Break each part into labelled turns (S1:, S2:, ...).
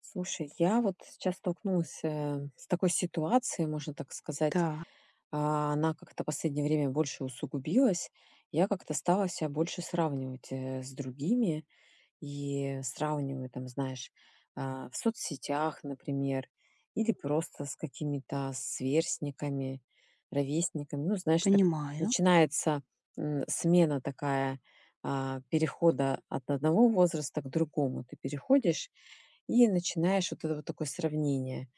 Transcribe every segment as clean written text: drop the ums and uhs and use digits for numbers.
S1: Слушай, я вот сейчас столкнулась с такой ситуацией, можно так сказать.
S2: Да,
S1: Она как-то в последнее время больше усугубилась. Я как-то стала себя больше сравнивать с другими и сравниваю там, знаешь, в соцсетях, например, или просто с какими-то сверстниками, ровесниками. Ну, знаешь, так
S2: понимаю.
S1: начинается смена такая перехода от одного возраста к другому. Ты переходишь и начинаешь вот это вот такое сравнение.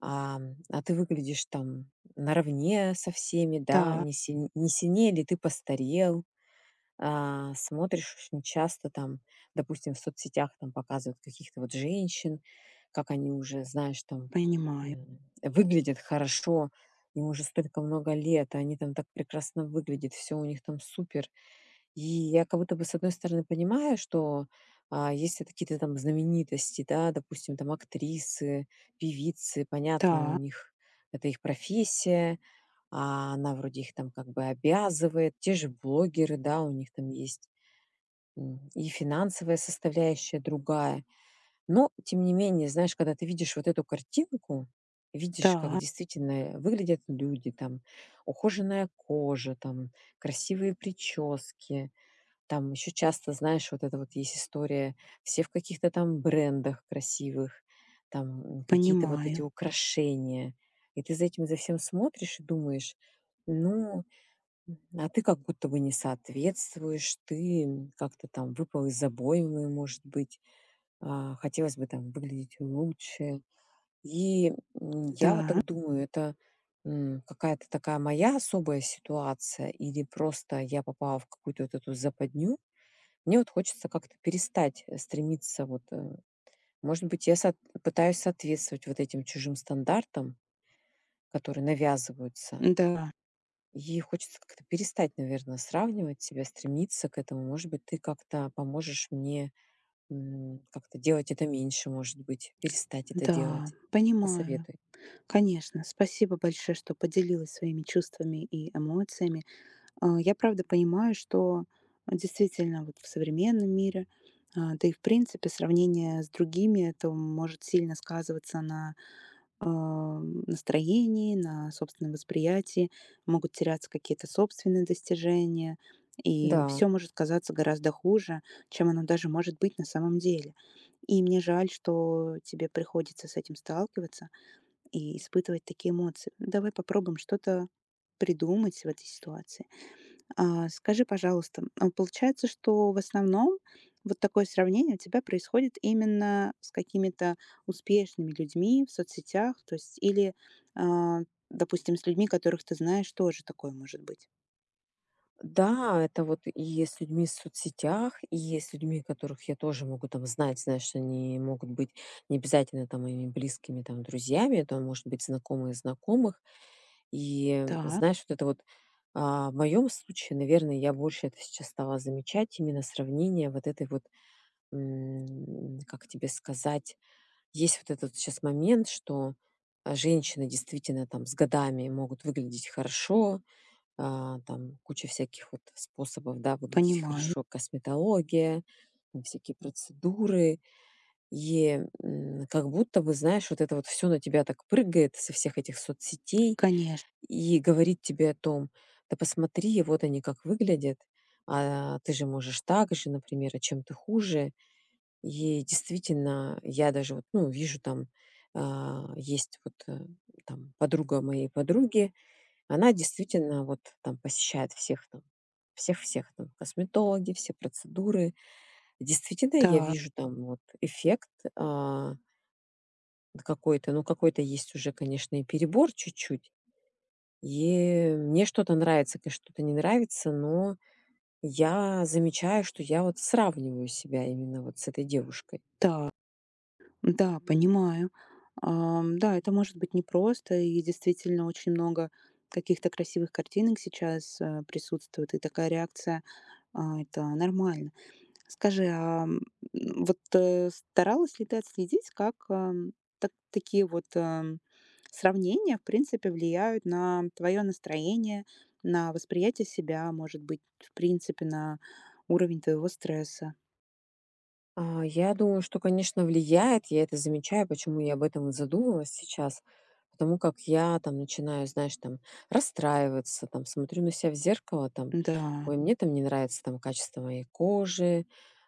S1: А, а ты выглядишь там наравне со всеми, да,
S2: Да,
S1: не, не сильнее ли ты постарел, смотришь очень часто там, допустим, в соцсетях там показывают каких-то вот женщин, как они уже, знаешь, там
S2: понимаю.
S1: выглядят хорошо, им уже столько много лет, а они там так прекрасно выглядят, все у них там супер, и я как будто бы, с одной стороны, понимаю, что, если это какие-то там знаменитости, да, допустим, там актрисы, певицы, понятно, у
S2: Да,
S1: них это их профессия, а она вроде их там как бы обязывает. Те же блогеры, да, у них там есть, и финансовая составляющая другая. Но, тем не менее, знаешь, когда ты видишь вот эту картинку, видишь, как
S2: да,
S1: действительно выглядят люди, там ухоженная кожа, там красивые прически, там еще часто, знаешь, вот это вот есть история, все в каких-то там брендах красивых, там какие-то вот эти
S2: понимаю.
S1: украшения. И ты за этим, за всем смотришь и думаешь, ну, а ты как будто бы не соответствуешь, ты как-то там выпал из обоймы, может быть, хотелось бы там выглядеть лучше. И я вот
S2: Да,
S1: так думаю, это какая-то такая моя особая ситуация, или просто я попала в какую-то вот эту западню, мне вот хочется как-то перестать, стремиться вот. Может быть, я сот пытаюсь соответствовать вот этим чужим стандартам, которые навязываются.
S2: да,
S1: И хочется как-то перестать, наверное, сравнивать себя, стремиться к этому. Может быть, ты как-то поможешь мне, как-то делать это меньше, может быть, перестать это
S2: да,
S1: делать.
S2: понимаю.
S1: Посоветуй.
S2: Конечно, спасибо большое, что поделилась своими чувствами и эмоциями. Я правда понимаю, что действительно вот в современном мире, да и в принципе сравнение с другими, это может сильно сказываться на настроении, на собственном восприятии, могут теряться какие-то собственные достижения, и
S1: Да.
S2: все может казаться гораздо хуже, чем оно даже может быть на самом деле. И мне жаль, что тебе приходится с этим сталкиваться и испытывать такие эмоции. Давай попробуем что-то придумать в этой ситуации. Скажи, пожалуйста, вот получается, что в основном вот такое сравнение у тебя происходит именно с какими-то успешными людьми в соцсетях, то есть или, а, допустим, с людьми, которых ты знаешь, тоже такое может быть?
S1: Да, это вот и с людьми в соцсетях, и с людьми, которых я тоже могу там знать, знаешь, они могут быть не обязательно там моими близкими там друзьями, это может быть знакомые знакомых. И
S2: Да,
S1: знаешь, вот это вот в моем случае, наверное, я больше это сейчас стала замечать, именно сравнение вот этой вот, как тебе сказать, есть вот этот сейчас момент, что женщины действительно там с годами могут выглядеть хорошо, там куча всяких вот способов, да, выглядеть
S2: понимаю,
S1: хорошо, косметология, всякие процедуры. И как будто бы, знаешь, вот это вот все на тебя так прыгает со всех этих соцсетей
S2: конечно.
S1: и говорит тебе о том, да посмотри, вот они как выглядят, а ты же можешь так же, например, а чем ты хуже. И действительно, я даже вот, ну, вижу там, есть вот там подруга моей подруги, она действительно вот там посещает всех там, всех-всех там, косметологи, все процедуры. Действительно, я
S2: Да,
S1: вижу там вот эффект, а, какой-то, ну, какой-то есть уже, конечно, и перебор чуть-чуть. И мне что-то нравится, конечно, что-то не нравится, но я замечаю, что я вот сравниваю себя именно вот с этой девушкой.
S2: да, да, понимаю. Да, это может быть непросто, и действительно очень много каких-то красивых картинок сейчас, присутствует, и такая реакция, это нормально. Скажи, вот, старалась ли ты отследить, как, так такие вот, сравнения, в принципе, влияют на твое настроение, на восприятие себя, может быть, в принципе, на уровень твоего стресса?
S1: Я думаю, что, конечно, влияет. Я это замечаю, почему я об этом и задумалась сейчас. Потому как я там начинаю, знаешь, там расстраиваться, там смотрю на себя в зеркало, там,
S2: Да,
S1: ой, мне там не нравится там качество моей кожи,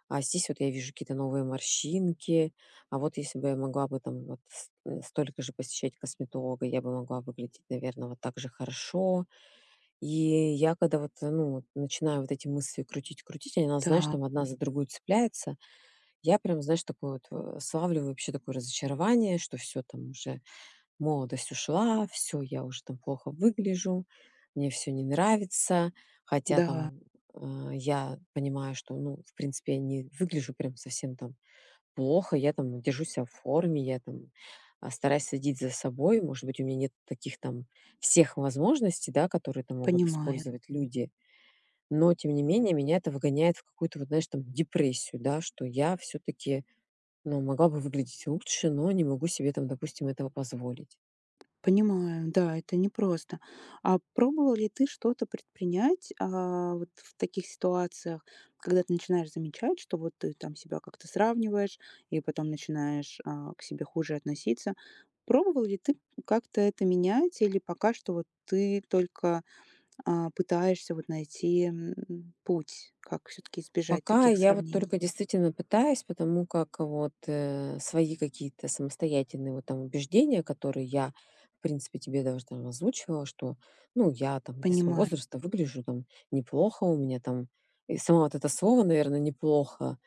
S1: а здесь вот я вижу какие-то новые морщинки, а вот если бы я могла бы там столько же посещать косметолога, я бы могла выглядеть, наверное, вот так же хорошо. И я когда ну, вот начинаю вот эти мысли крутить-крутить, они у нас, знаешь,
S2: да,
S1: там одна за другую цепляется, я прям, знаешь, славлю вообще такое разочарование, что все там уже, молодость ушла, все, я уже там плохо выгляжу, мне все не нравится. Хотя
S2: да,
S1: там, я понимаю, что, ну, в принципе, я не выгляжу прям совсем там плохо, я там держу себя в форме, я там, стараюсь следить за собой. Может быть, у меня нет таких там всех возможностей, да, которые там могут
S2: понимаю.
S1: использовать люди. Но тем не менее меня это выгоняет в какую-то вот, знаешь, там депрессию, да, что я все таки ну, могла бы выглядеть лучше, но не могу себе там, допустим, этого позволить.
S2: Понимаю, да, это непросто. А пробовал ли ты что-то предпринять, вот в таких ситуациях, когда ты начинаешь замечать, что вот ты там себя как-то сравниваешь и потом начинаешь, к себе хуже относиться? Пробовал ли ты как-то это менять или пока что вот ты только, пытаешься вот найти путь, как все-таки избежать
S1: Пока
S2: таких
S1: я вот
S2: сравнений?
S1: только действительно пытаюсь, потому как свои какие-то самостоятельные вот там убеждения, которые я, в принципе, тебе даже там озвучивала, что, ну, я там для своего
S2: Понимаю,
S1: возраста выгляжу там неплохо, у меня там, и само вот это слово, наверное, неплохо,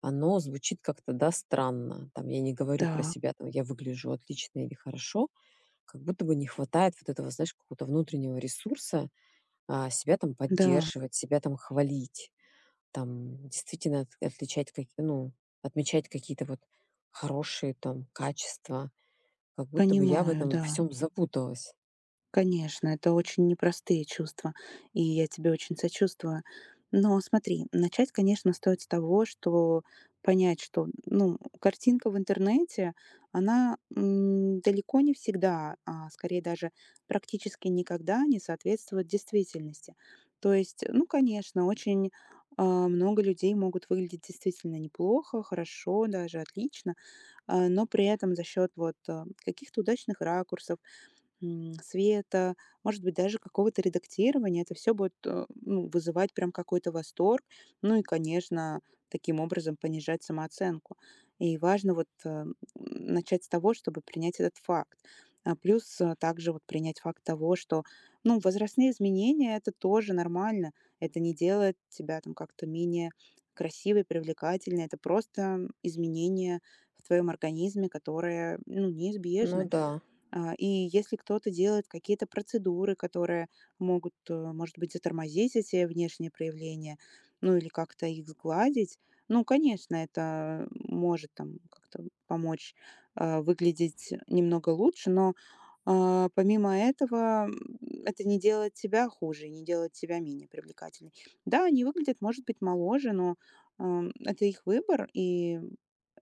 S1: оно звучит как-то, да, странно. Там я не говорю про
S2: да,
S1: себя, там, я выгляжу отлично или хорошо, как будто бы не хватает вот этого, знаешь, какого-то внутреннего ресурса, себя там
S2: да,
S1: поддерживать, себя там хвалить, там действительно отличать ну, отмечать какие-то вот хорошие там качества, как будто бы я в
S2: понимаю,
S1: этом
S2: да.
S1: всем запуталась.
S2: Конечно, это очень непростые чувства, и я тебе очень сочувствую. Но смотри, начать, конечно, стоит с того, что понять, что, ну, картинка в интернете, она далеко не всегда, а скорее даже практически никогда не соответствует действительности. То есть, ну, конечно, очень, много людей могут выглядеть действительно неплохо, хорошо, даже отлично, но при этом за счет вот, каких-то удачных ракурсов, света, может быть, даже какого-то редактирования. Это все будет, ну, вызывать прям какой-то восторг. Ну и, конечно, таким образом понижать самооценку. И важно вот, начать с того, чтобы принять этот факт. А плюс, также вот принять факт того, что, ну, возрастные изменения — это тоже нормально. Это не делает тебя там как-то менее красивой, привлекательной. Это просто изменения в твоем организме, которые, ну,
S1: Ну
S2: неизбежны.
S1: да,
S2: И если кто-то делает какие-то процедуры, которые могут, может быть, затормозить эти внешние проявления, ну или как-то их сгладить, ну, конечно, это может там как-то помочь выглядеть немного лучше, но, помимо этого, это не делает тебя хуже, и не делает тебя менее привлекательной. Да, они выглядят, может быть, моложе, но это их выбор, и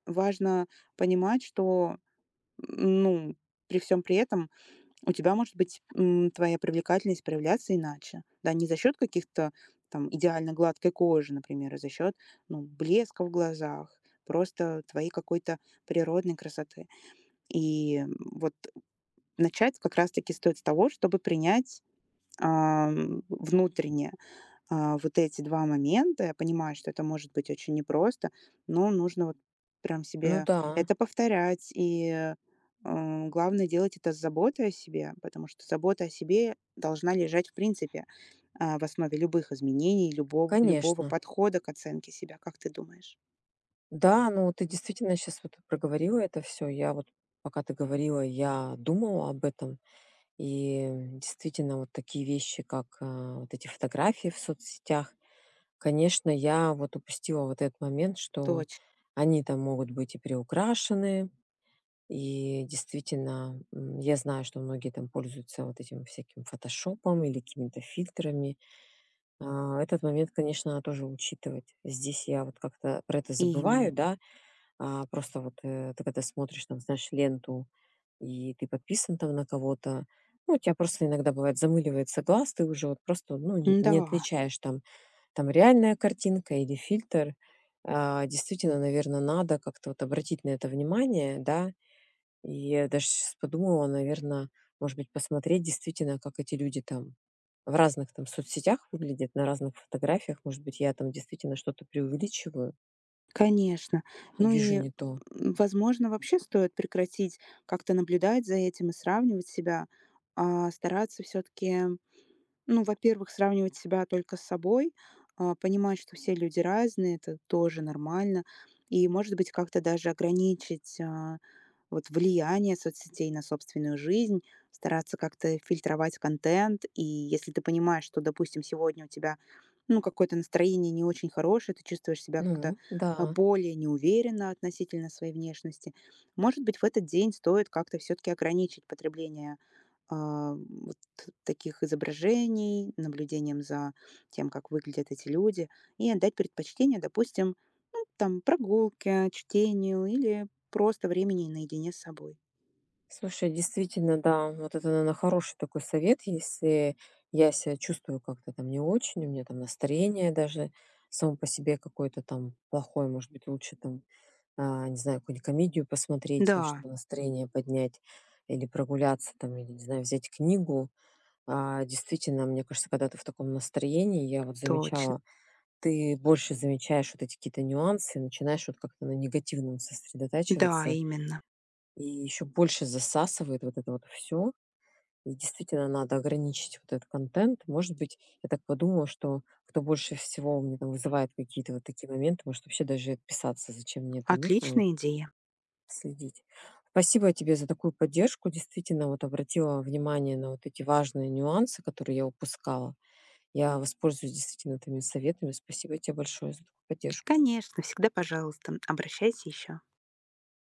S2: важно понимать, что, ну, при всем при этом у тебя может быть, твоя привлекательность проявляться иначе. Да, не за счет каких-то там идеально гладкой кожи, например, а за счет, ну, блеска в глазах, просто твоей какой-то природной красоты. И вот начать как раз-таки стоит с того, чтобы принять, внутренне, вот эти 2 момента, я понимаю, что это может быть очень непросто, но нужно вот прям
S1: ну
S2: себе
S1: да,
S2: это повторять. И, главное делать это с заботой о себе, потому что забота о себе должна лежать в принципе, в основе любых изменений, любого
S1: конечно.
S2: подхода к оценке себя. Как ты думаешь?
S1: Да, ну ты действительно сейчас вот проговорила это все. Я вот пока ты говорила, я думала об этом. И действительно вот такие вещи, как вот эти фотографии в соцсетях, конечно, я вот упустила вот этот момент, что
S2: Точно.
S1: они там могут быть и приукрашены, и действительно, я знаю, что многие там пользуются вот этим всяким фотошопом или какими-то фильтрами. Этот момент, конечно, надо тоже учитывать. Здесь я вот как-то про это
S2: Именно.
S1: забываю, да, просто вот, ты когда смотришь там, знаешь, ленту, и ты подписан там на кого-то, ну, у тебя просто иногда бывает замыливается глаз, ты уже вот просто, ну, н
S2: Да,
S1: не отличаешь там реальная картинка или фильтр. Действительно, наверное, надо как-то вот обратить на это внимание, да. И я даже щас подумала, наверное, может быть, посмотреть действительно, как эти люди там в разных там соцсетях выглядят, на разных фотографиях. Может быть, я там действительно что-то преувеличиваю
S2: конечно.
S1: и
S2: Ну
S1: вижу
S2: и,
S1: не то.
S2: возможно, вообще стоит прекратить как-то наблюдать за этим и сравнивать себя, а стараться все таки. Ну, во-первых, сравнивать себя только с собой, понимать, что все люди разные, это тоже нормально. И, может быть, как-то даже ограничить, вот влияние соцсетей на собственную жизнь, стараться как-то фильтровать контент. И если ты понимаешь, что, допустим, сегодня у тебя ну, какое-то настроение не очень хорошее, ты чувствуешь себя как-то,
S1: Ну да.
S2: более неуверенно относительно своей внешности, может быть, в этот день стоит как-то все-таки ограничить потребление, вот таких изображений, наблюдением за тем, как выглядят эти люди, и отдать предпочтение, допустим, ну, там, прогулке, чтению или просто времени наедине с собой.
S1: Слушай, действительно, да, вот это, наверное, хороший такой совет, если я себя чувствую как-то там не очень, у меня там настроение даже само по себе какое-то там плохое, может быть, лучше там, не знаю, какую-нибудь комедию посмотреть,
S2: Да,
S1: чтобы настроение поднять, или прогуляться там, или, не знаю, взять книгу. Действительно, мне кажется, когда ты в таком настроении, я вот
S2: точно.
S1: замечала, ты больше замечаешь вот эти какие-то нюансы, начинаешь вот как-то на негативном
S2: Да,
S1: сосредотачиваться,
S2: именно.
S1: и еще больше засасывает вот это вот все. И действительно надо ограничить вот этот контент. Может быть, я так подумала, что кто больше всего у меня там вызывает какие-то вот такие моменты, может, вообще даже и отписаться, зачем мне это нужно, вот
S2: Отличная идея.
S1: следить. Спасибо тебе за такую поддержку. Действительно, вот обратила внимание на вот эти важные нюансы, которые я упускала. Я воспользуюсь действительно твоими советами. Спасибо тебе большое за такую поддержку.
S2: Конечно, всегда пожалуйста. Обращайся еще.